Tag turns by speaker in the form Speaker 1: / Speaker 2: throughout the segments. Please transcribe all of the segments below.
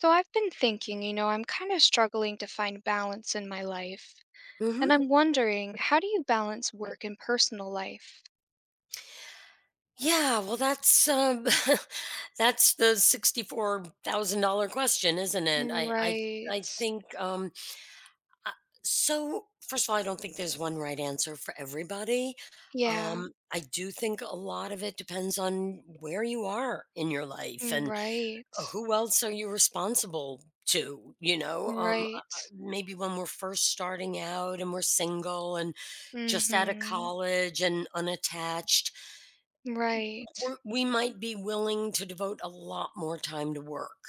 Speaker 1: So I've been thinking, you know, I'm kind of struggling to find balance in my life. And
Speaker 2: Hmm.
Speaker 1: I'm wondering, how do you balance work and personal life?
Speaker 2: Yeah, well, that's that's the $64,000 question, isn't it? I
Speaker 1: Right.
Speaker 2: think. Um, I- so. first of all, I don't think there's one right answer for everybody.
Speaker 1: Yeah.
Speaker 2: I do think a lot of it depends on where you are in your life, and
Speaker 1: Right.
Speaker 2: who else are you responsible to. You know, um, uh,
Speaker 1: Right.
Speaker 2: uh, maybe when we're first starting out and we're single and just out of
Speaker 1: Mhm.
Speaker 2: college and unattached,
Speaker 1: Right.
Speaker 2: we might be willing to devote a lot more time to work,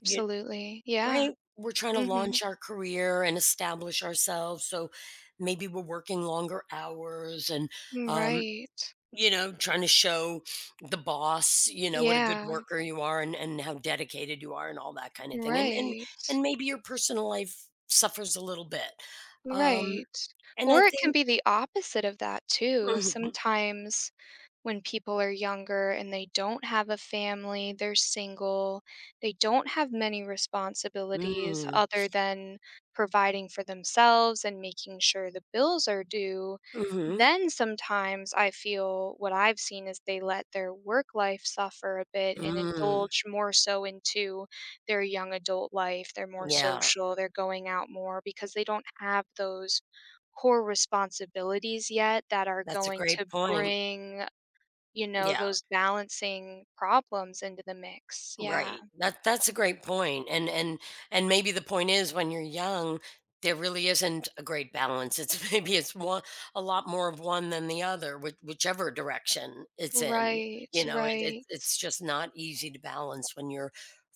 Speaker 2: y
Speaker 1: Yeah.
Speaker 2: right? We're trying to
Speaker 1: Mhm.
Speaker 2: launch our career and establish ourselves, so maybe we're working longer hours, and um,
Speaker 1: Right.
Speaker 2: trying to show the boss, what a good
Speaker 1: Yeah.
Speaker 2: worker you are and how dedicated you are and all that kinda thing, and and
Speaker 1: Right.
Speaker 2: and maybe your personal life suffers a little bit. um,
Speaker 1: Right.
Speaker 2: and I
Speaker 1: Or it can
Speaker 2: think.
Speaker 1: be the opposite of that too.
Speaker 2: Mhm,
Speaker 1: Sometimes when people are younger and they don't have a family, they're single, they don't have many responsibilities
Speaker 2: mm,
Speaker 1: other than providing for themselves and making sure the bills are due.
Speaker 2: mhm,
Speaker 1: Then sometimes I feel what I've seen is they let their work life suffer a bit and
Speaker 2: mm,
Speaker 1: indulge more so into their young adult life, they're more
Speaker 2: yeah,
Speaker 1: social, they're going out more because they don't have those core responsibilities yet that are
Speaker 2: that's a
Speaker 1: going
Speaker 2: great
Speaker 1: to
Speaker 2: point.
Speaker 1: bring, you know,
Speaker 2: Yeah,
Speaker 1: those balancing problems into the mix. Yeah.
Speaker 2: right. That's a great point, and maybe the point is when you're young, there really isn't a great balance. It's Maybe it's one a lot more of one than the other, whichever direction it's in.
Speaker 1: Right,
Speaker 2: You know, it, it
Speaker 1: right.
Speaker 2: it's just not easy to balance when you're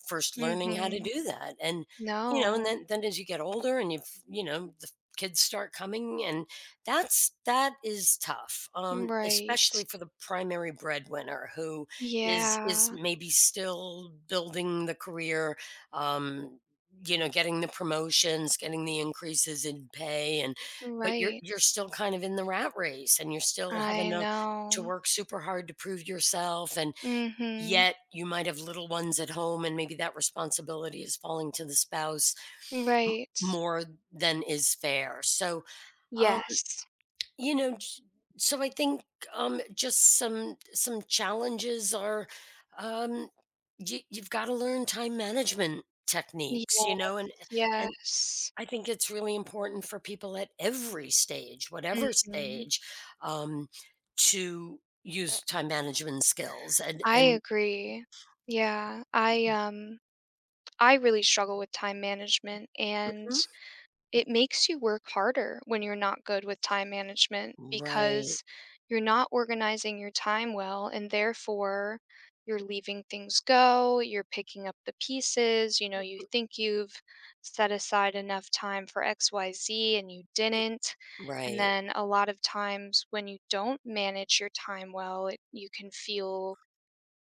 Speaker 2: first learning how to
Speaker 1: Mhm.
Speaker 2: do that. and you know, and
Speaker 1: No.
Speaker 2: then then as you get older and you've you know the kids start coming, and that is tough,
Speaker 1: Right.
Speaker 2: especially for the primary breadwinner who is
Speaker 1: Yeah.
Speaker 2: maybe still building the career, um, you know, getting the promotions, getting the increases in pay, and but you're
Speaker 1: Right.
Speaker 2: you're still kind of in the rat race, and you're still having
Speaker 1: I
Speaker 2: to
Speaker 1: know.
Speaker 2: work super hard to prove yourself, and
Speaker 1: Mhm.
Speaker 2: yet you might have little ones at home, and maybe that responsibility is falling to the spouse, m-
Speaker 1: Right.
Speaker 2: more than is fair. So, um,
Speaker 1: Yes.
Speaker 2: you know, j so I think, just some challenges are, um, you you've gotta learn time management techniques,
Speaker 1: Yes,
Speaker 2: you know, and
Speaker 1: yes.
Speaker 2: I think it's really important for people at every stage, whatever
Speaker 1: Mhm.
Speaker 2: stage, um, to use time management skills and
Speaker 1: I
Speaker 2: and
Speaker 1: agree. Yeah, I really struggle with time management, and
Speaker 2: Mhm.
Speaker 1: it makes you work harder when you're not good with time management
Speaker 2: Right.
Speaker 1: because you're not organizing your time well, and therefore you're leaving things go, you're picking up the pieces. You know, you think you've set aside enough time for XYZ and you didn't. And
Speaker 2: Right.
Speaker 1: then a lot of times when you don't manage your time well, it, you can feel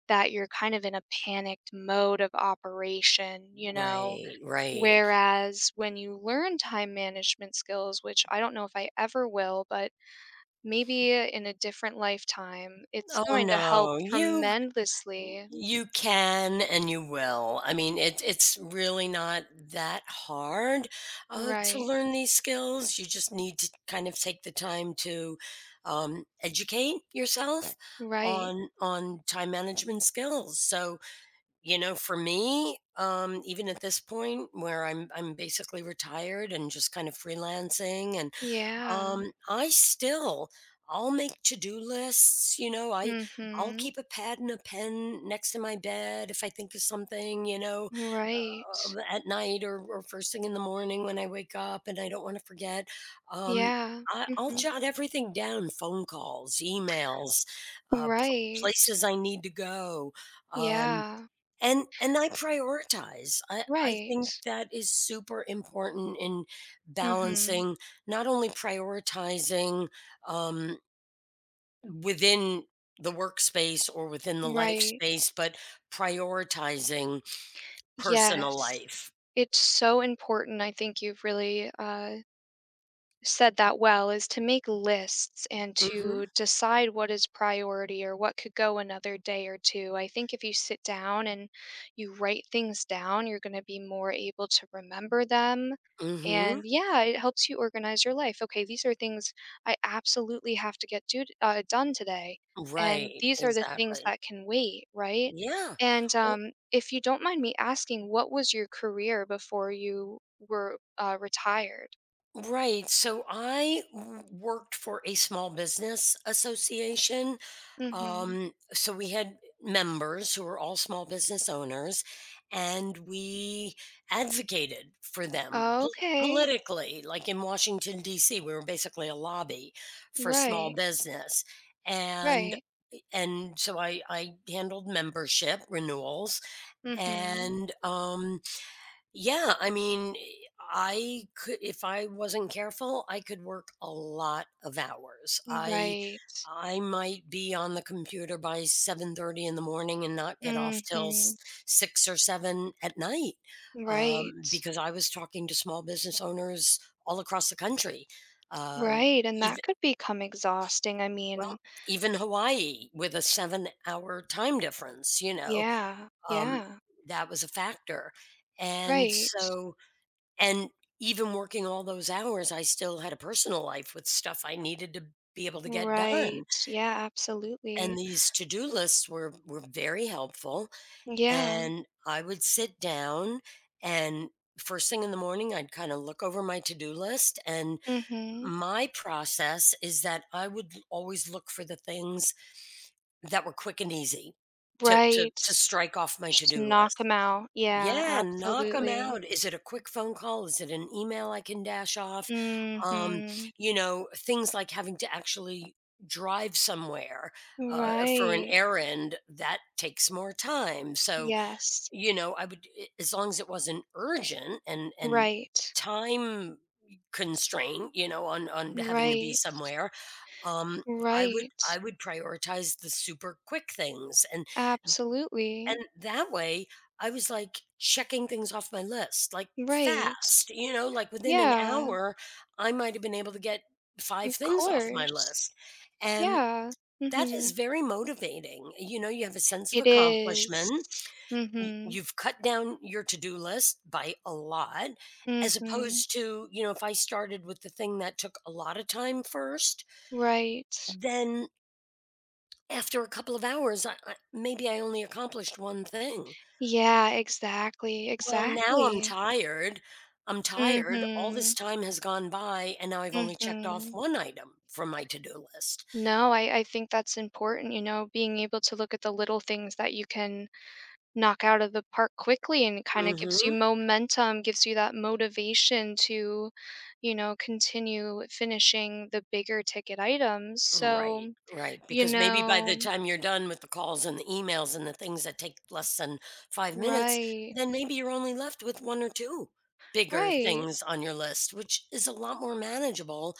Speaker 1: that you're kind of in a panicked mode of operation, you know?
Speaker 2: Right. Right.
Speaker 1: Whereas when you learn time management skills, which I don't know if I ever will, but maybe in a different lifetime, it's
Speaker 2: Oh,
Speaker 1: going to help
Speaker 2: no. You
Speaker 1: tremendously.
Speaker 2: You can and you will. I mean, it's really not that hard to
Speaker 1: Right.
Speaker 2: learn these skills. You just need to kind of take the time to educate yourself
Speaker 1: Right.
Speaker 2: on time management skills. So, for me, even at this point where I'm basically retired and just kind of freelancing, and
Speaker 1: Yeah.
Speaker 2: um, I still I'll make to-do lists, you know. I'll
Speaker 1: Mm-hmm.
Speaker 2: keep a pad and a pen next to my bed if I think of something,
Speaker 1: Right.
Speaker 2: at night, or first thing in the morning when I wake up and I don't want to forget. Um,
Speaker 1: Yeah.
Speaker 2: I'll
Speaker 1: Mm-hmm.
Speaker 2: jot everything down: phone calls, emails, uh, pl-
Speaker 1: Right.
Speaker 2: places I need to go. Um,
Speaker 1: Yeah.
Speaker 2: and I prioritize. I think
Speaker 1: Right.
Speaker 2: that is super important in
Speaker 1: Mm-hmm.
Speaker 2: balancing, not only prioritizing, um, within the workspace or within the life
Speaker 1: Right.
Speaker 2: space, but prioritizing personal
Speaker 1: Yes.
Speaker 2: life.
Speaker 1: It's so important. I think you've really said that well, is to make lists and
Speaker 2: Mhm.
Speaker 1: to decide what is priority or what could go another day or two. I think if you sit down and you write things down, you're going to be more able to remember them.
Speaker 2: Mhm.
Speaker 1: And yeah, it helps you organize your life. Okay, these are things I absolutely have to get do, done today. And
Speaker 2: Right,
Speaker 1: these are the things
Speaker 2: exactly.
Speaker 1: that can wait, right?
Speaker 2: Yeah.
Speaker 1: And
Speaker 2: Well,
Speaker 1: if you don't mind me asking, what was your career before you were retired?
Speaker 2: right, so I w worked for a small business association.
Speaker 1: Hmm.
Speaker 2: So we had members who were all small business owners, and we advocated for them,
Speaker 1: Oh, okay.
Speaker 2: politically, like in Washington, D.C. We were basically a lobby for small
Speaker 1: Right.
Speaker 2: business. And
Speaker 1: Right.
Speaker 2: and so I handled membership renewals,
Speaker 1: Mhm.
Speaker 2: and yeah, I mean, I could, if I wasn't careful, I could work a lot of hours. I
Speaker 1: Right.
Speaker 2: I might be on the computer by 7:30 in the morning and not get off till
Speaker 1: Mhm.
Speaker 2: 6 or 7 at night.
Speaker 1: Right.
Speaker 2: Because I was talking to small business owners all across the country. Um,
Speaker 1: Right, and
Speaker 2: even
Speaker 1: that could become exhausting. I
Speaker 2: Well,
Speaker 1: mean,
Speaker 2: even Hawaii with a 7-hour time difference, you know.
Speaker 1: yeah.
Speaker 2: Um,
Speaker 1: Yeah.
Speaker 2: that was a factor. And
Speaker 1: Right.
Speaker 2: so and even working all those hours, I still had a personal life with stuff I needed to be able to get done.
Speaker 1: Right. Yeah,
Speaker 2: And
Speaker 1: absolutely.
Speaker 2: these to-do lists were very helpful.
Speaker 1: Yeah.
Speaker 2: And I would sit down and, first thing in the morning, I'd kind of look over my to-do list. And
Speaker 1: Mhm.
Speaker 2: my process is that I would always look for the things that were quick and easy to to
Speaker 1: Right.
Speaker 2: to strike off my
Speaker 1: Just
Speaker 2: to-do
Speaker 1: knock
Speaker 2: list.
Speaker 1: them out. Yeah,
Speaker 2: Yeah, knock 'em
Speaker 1: absolutely.
Speaker 2: out. Is it a quick phone call? Is it an email I can dash off? Um,
Speaker 1: Mhm.
Speaker 2: Things like having to actually drive somewhere, for an
Speaker 1: Right.
Speaker 2: errand that takes more time. So,
Speaker 1: Yes.
Speaker 2: I would, as long as it wasn't urgent and
Speaker 1: Right.
Speaker 2: time constraint, on having to be
Speaker 1: Right.
Speaker 2: somewhere, um, I would I
Speaker 1: Right.
Speaker 2: would prioritize the super quick things. And
Speaker 1: Absolutely.
Speaker 2: and that way, I was like checking things off my list, like
Speaker 1: Right.
Speaker 2: fast, like within an
Speaker 1: Yeah,
Speaker 2: hour, I might have been able to get five
Speaker 1: of
Speaker 2: things off my
Speaker 1: course.
Speaker 2: list. And
Speaker 1: Yeah.
Speaker 2: that is
Speaker 1: Mhm.
Speaker 2: very motivating. You have a sense of
Speaker 1: It is.
Speaker 2: accomplishment.
Speaker 1: Mhm.
Speaker 2: You've cut down your to do list by a lot, as
Speaker 1: Mhm.
Speaker 2: opposed to, if I started with the thing that took a lot of time first,
Speaker 1: Right.
Speaker 2: then after a couple of hours, maybe I only accomplished one thing.
Speaker 1: Yeah, exactly.
Speaker 2: Well, now I'm
Speaker 1: Exactly.
Speaker 2: tired. I'm tired. All this
Speaker 1: Mhm.
Speaker 2: time has gone by, and now I've only checked off
Speaker 1: Mhm.
Speaker 2: one item from my to-do list.
Speaker 1: No, I think that's important. You know, being able to look at the little things that you can knock out of the park quickly, and it kinda gives you
Speaker 2: Mhm.
Speaker 1: momentum, gives you that motivation to, you know, continue finishing the bigger ticket items.
Speaker 2: Right,
Speaker 1: So
Speaker 2: right,
Speaker 1: you
Speaker 2: because maybe by the
Speaker 1: know,
Speaker 2: time you're done with the calls and the emails and the things that take less than 5 minutes,
Speaker 1: right,
Speaker 2: then maybe you're only left with 1 or 2 bigger
Speaker 1: right.
Speaker 2: things on your list, which is a lot more manageable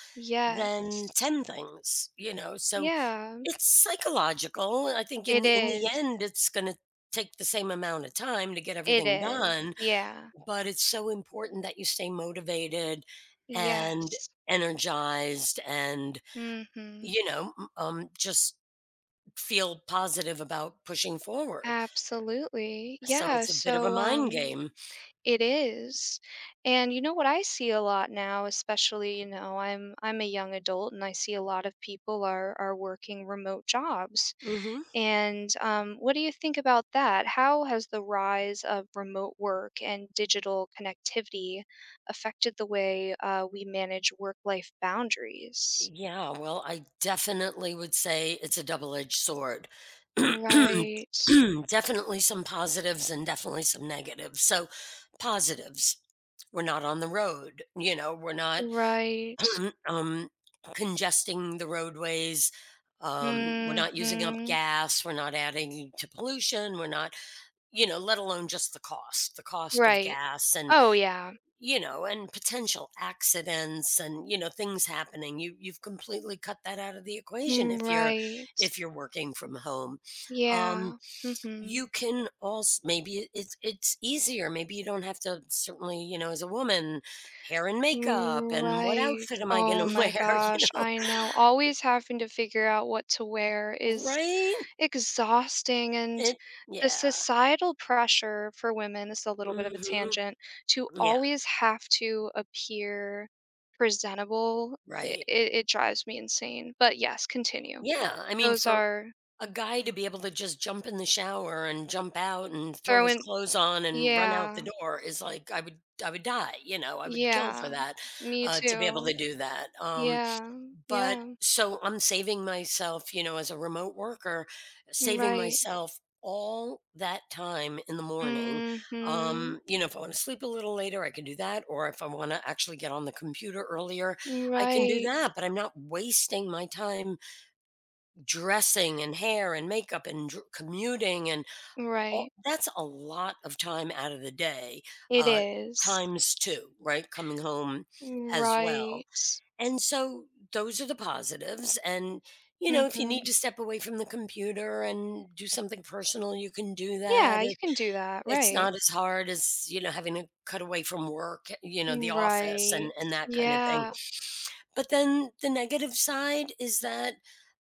Speaker 2: than
Speaker 1: Yes.
Speaker 2: 10 things, you know? So.
Speaker 1: Yeah,
Speaker 2: It's psychological. I think in
Speaker 1: it
Speaker 2: the in the
Speaker 1: is.
Speaker 2: end, it's gonna take the same amount of time to get
Speaker 1: It
Speaker 2: everything
Speaker 1: is.
Speaker 2: done,
Speaker 1: Yeah.
Speaker 2: but it's so important that you stay motivated and
Speaker 1: Yes.
Speaker 2: energized and,
Speaker 1: Mhm.
Speaker 2: you know, m just feel positive about pushing forward.
Speaker 1: Absolutely.
Speaker 2: So
Speaker 1: Yeah,
Speaker 2: it's a bit of a
Speaker 1: so,
Speaker 2: mind game.
Speaker 1: it is. And you know what I see a lot now, especially, you know, I'm a young adult and I see a lot of people are working remote jobs.
Speaker 2: Mhm.
Speaker 1: And what do you think about that? How has the rise of remote work and digital connectivity affected the way we manage work-life boundaries?
Speaker 2: Yeah, well, I definitely would say it's a double-edged sword.
Speaker 1: Right.
Speaker 2: Definitely some positives and definitely some negatives. So, positives, we're not on the road, we're not,
Speaker 1: Right.
Speaker 2: um, congesting the roadways, we're not using up
Speaker 1: Mhm.
Speaker 2: gas, we're not adding to pollution, we're not you know, let alone just the cost of
Speaker 1: Right.
Speaker 2: gas, and
Speaker 1: Oh yeah.
Speaker 2: potential accidents, and things happening, you've completely cut that out of the equation if you're,
Speaker 1: Right.
Speaker 2: working from home. um
Speaker 1: Yeah. Mhm.
Speaker 2: you can also, maybe it's easier, maybe you don't have to, certainly, as a woman, hair and makeup and what
Speaker 1: Right.
Speaker 2: outfit am I going
Speaker 1: Oh
Speaker 2: to
Speaker 1: my
Speaker 2: wear,
Speaker 1: gosh, I know. Always having to figure out what to wear is
Speaker 2: right,
Speaker 1: exhausting, and
Speaker 2: it,
Speaker 1: the
Speaker 2: yeah.
Speaker 1: societal pressure for women, this is a little bit of a
Speaker 2: Hmm.
Speaker 1: tangent, to
Speaker 2: Yeah,
Speaker 1: always have to appear presentable. It,
Speaker 2: right,
Speaker 1: it, it drives me insane. But yes, continue.
Speaker 2: yeah, I mean,
Speaker 1: Those
Speaker 2: for
Speaker 1: are
Speaker 2: a guy to be able to just jump in the shower and jump out and throw his
Speaker 1: throwing.
Speaker 2: clothes on and run out
Speaker 1: Yeah.
Speaker 2: the door is like, I would die, I would kill for
Speaker 1: Yeah.
Speaker 2: that,
Speaker 1: Me
Speaker 2: to be able
Speaker 1: too.
Speaker 2: to do that.
Speaker 1: Yeah.
Speaker 2: But
Speaker 1: Yeah.
Speaker 2: so I'm saving myself, as a remote worker, saving
Speaker 1: Right.
Speaker 2: myself all that time in the morning.
Speaker 1: Mhm.
Speaker 2: If I want to sleep a little later, I can do that. Or if I want to actually get on the computer earlier, I can do
Speaker 1: Right,
Speaker 2: that. But I'm not wasting my time dressing and hair and makeup and, commuting, and all,
Speaker 1: right.
Speaker 2: that's a lot of time out of the day,
Speaker 1: It
Speaker 2: uh,
Speaker 1: is.
Speaker 2: times two, right, coming home as
Speaker 1: Right.
Speaker 2: well. And so those are the positives, and if you need
Speaker 1: Mhm.
Speaker 2: to step away from the computer and do something personal, you can do that.
Speaker 1: Yeah, you
Speaker 2: it,
Speaker 1: can do that,
Speaker 2: it's
Speaker 1: right.
Speaker 2: not as hard as, having to cut away from work, the office, and
Speaker 1: Right.
Speaker 2: and that kind of thing.
Speaker 1: Yeah.
Speaker 2: But then the negative side is that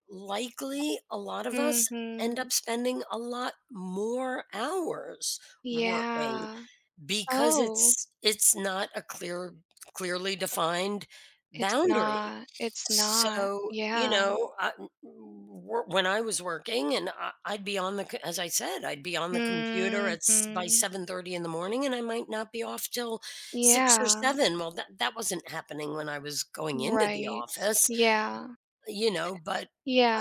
Speaker 2: likely a lot of us end up
Speaker 1: Mhm.
Speaker 2: spending a lot more hours working,
Speaker 1: Yeah.
Speaker 2: because
Speaker 1: Oh,
Speaker 2: it's not a clearly defined
Speaker 1: it's
Speaker 2: boundary.
Speaker 1: not. It's not.
Speaker 2: So,
Speaker 1: Yeah.
Speaker 2: I w w when I was working, and I I'd be on the c as I said, I'd be on the computer at s by
Speaker 1: Mhm.
Speaker 2: 7:30 in the morning, and I might not be off till 6 or
Speaker 1: Yeah.
Speaker 2: 7. Well, that wasn't happening when I was going into the
Speaker 1: Right.
Speaker 2: office,
Speaker 1: Yeah.
Speaker 2: but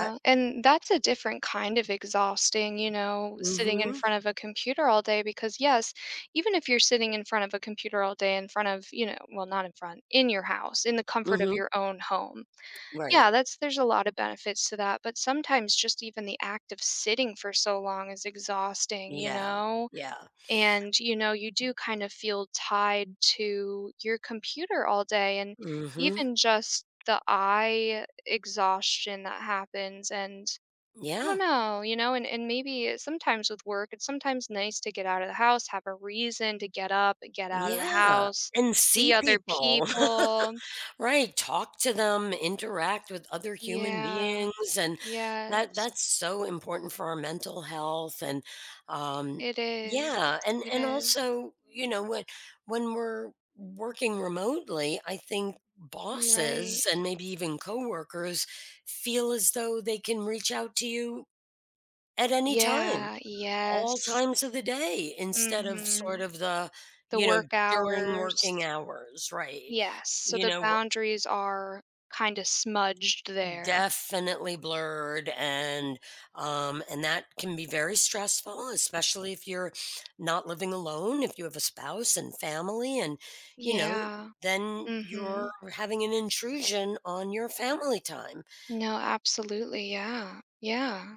Speaker 2: I.
Speaker 1: and that's a different kind of exhausting. You know, sitting in
Speaker 2: Mhm,
Speaker 1: front of a computer all day, because yes, even if you're sitting in front of a computer all day in front of, you know, well, not in front, in your house, in the comfort of
Speaker 2: mhm,
Speaker 1: your own home.
Speaker 2: right.
Speaker 1: Yeah, that's, there's a lot of benefits to that, but sometimes just even the act of sitting for so long is exhausting, you
Speaker 2: Yeah,
Speaker 1: know?
Speaker 2: yeah.
Speaker 1: And you know, you do kind of feel tied to your computer all day, and
Speaker 2: Mhm,
Speaker 1: even just the eye exhaustion that happens. And I
Speaker 2: yeah.
Speaker 1: don't know, you know, and maybe sometimes with work, it's sometimes nice to get out of the house, have a reason to get up and get out of the
Speaker 2: Yeah,
Speaker 1: house,
Speaker 2: and
Speaker 1: see
Speaker 2: see
Speaker 1: other
Speaker 2: people.
Speaker 1: people.
Speaker 2: Right, talk to them, interact with other human
Speaker 1: Yeah,
Speaker 2: beings, and that
Speaker 1: yes,
Speaker 2: that's so important for our mental health, and, um
Speaker 1: it is,
Speaker 2: yeah, and
Speaker 1: it
Speaker 2: and
Speaker 1: is,
Speaker 2: also, when we're working remotely, I think
Speaker 1: right.
Speaker 2: bosses and maybe even coworkers feel as though they can reach out to you at any time,
Speaker 1: Yeah,
Speaker 2: all
Speaker 1: yes,
Speaker 2: times of the day, instead of sort
Speaker 1: mm-hmm.
Speaker 2: of
Speaker 1: The work
Speaker 2: during working
Speaker 1: hours.
Speaker 2: hours, right?
Speaker 1: Yes, so
Speaker 2: You
Speaker 1: the
Speaker 2: know, we're
Speaker 1: boundaries are kinda smudged there.
Speaker 2: definitely blurred, and and that can be very stressful, especially if you're not living alone, if you have a spouse and family, and you know,
Speaker 1: Yeah.
Speaker 2: then you're
Speaker 1: Mhm.
Speaker 2: having an intrusion on your family time.
Speaker 1: No, absolutely, yeah. Yeah,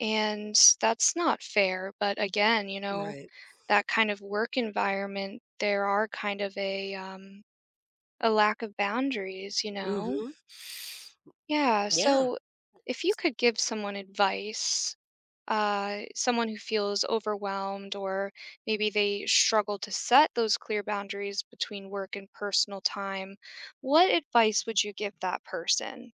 Speaker 1: and that's not fair, but again, you know,
Speaker 2: Right.
Speaker 1: that kind of work environment, there are kind of a lack of boundaries, you know?
Speaker 2: Mhm.
Speaker 1: Yeah,
Speaker 2: Yeah.
Speaker 1: so if you could give someone advice, someone who feels overwhelmed, or maybe they struggle to set those clear boundaries between work and personal time, what advice would you give that person?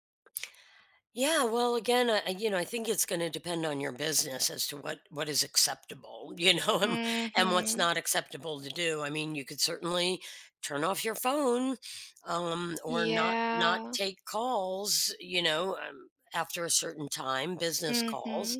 Speaker 2: Yeah, well, again, I think it's going to depend on your business as to what is acceptable, and what's
Speaker 1: Mm-hmm.
Speaker 2: not acceptable to do. I mean, you could certainly turn off your phone, or not
Speaker 1: Yeah.
Speaker 2: take calls, after a certain time, business
Speaker 1: Mm-hmm.
Speaker 2: calls.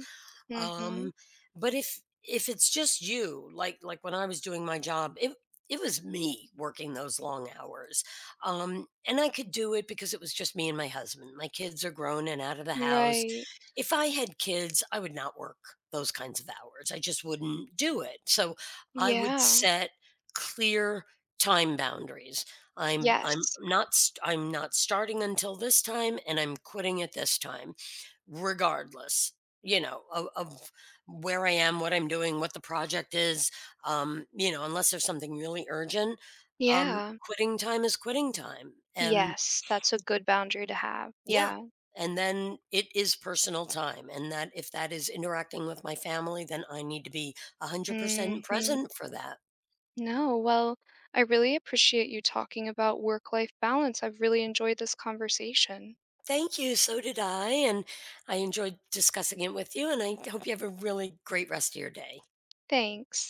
Speaker 1: Mm-hmm.
Speaker 2: Um, but if it's just you, like when I was doing my job, it was me working those long hours. And I could do it because it was just me and my husband. My kids are grown and out of the house.
Speaker 1: Right.
Speaker 2: If I had kids, I would not work those kinds of hours. I just wouldn't do it. So I would
Speaker 1: Yeah.
Speaker 2: set clear time boundaries.
Speaker 1: Yes.
Speaker 2: I'm not starting until this time, and I'm quitting at this time, regardless, of where I am, what I'm doing, what the project is, unless there's something really urgent.
Speaker 1: Yeah.
Speaker 2: Quitting time is quitting time, and
Speaker 1: Yes. That's a good boundary to have.
Speaker 2: yeah,
Speaker 1: Yeah.
Speaker 2: and then it is personal time, and that if that is interacting with my family, then I need to be 100%
Speaker 1: Mm-hmm.
Speaker 2: present for that.
Speaker 1: No. Well, I really appreciate you talking about work life balance. I've really enjoyed this conversation.
Speaker 2: Thank you, so did I, and I enjoyed discussing it with you, and I hope you have a really great rest of your day.
Speaker 1: Thanks.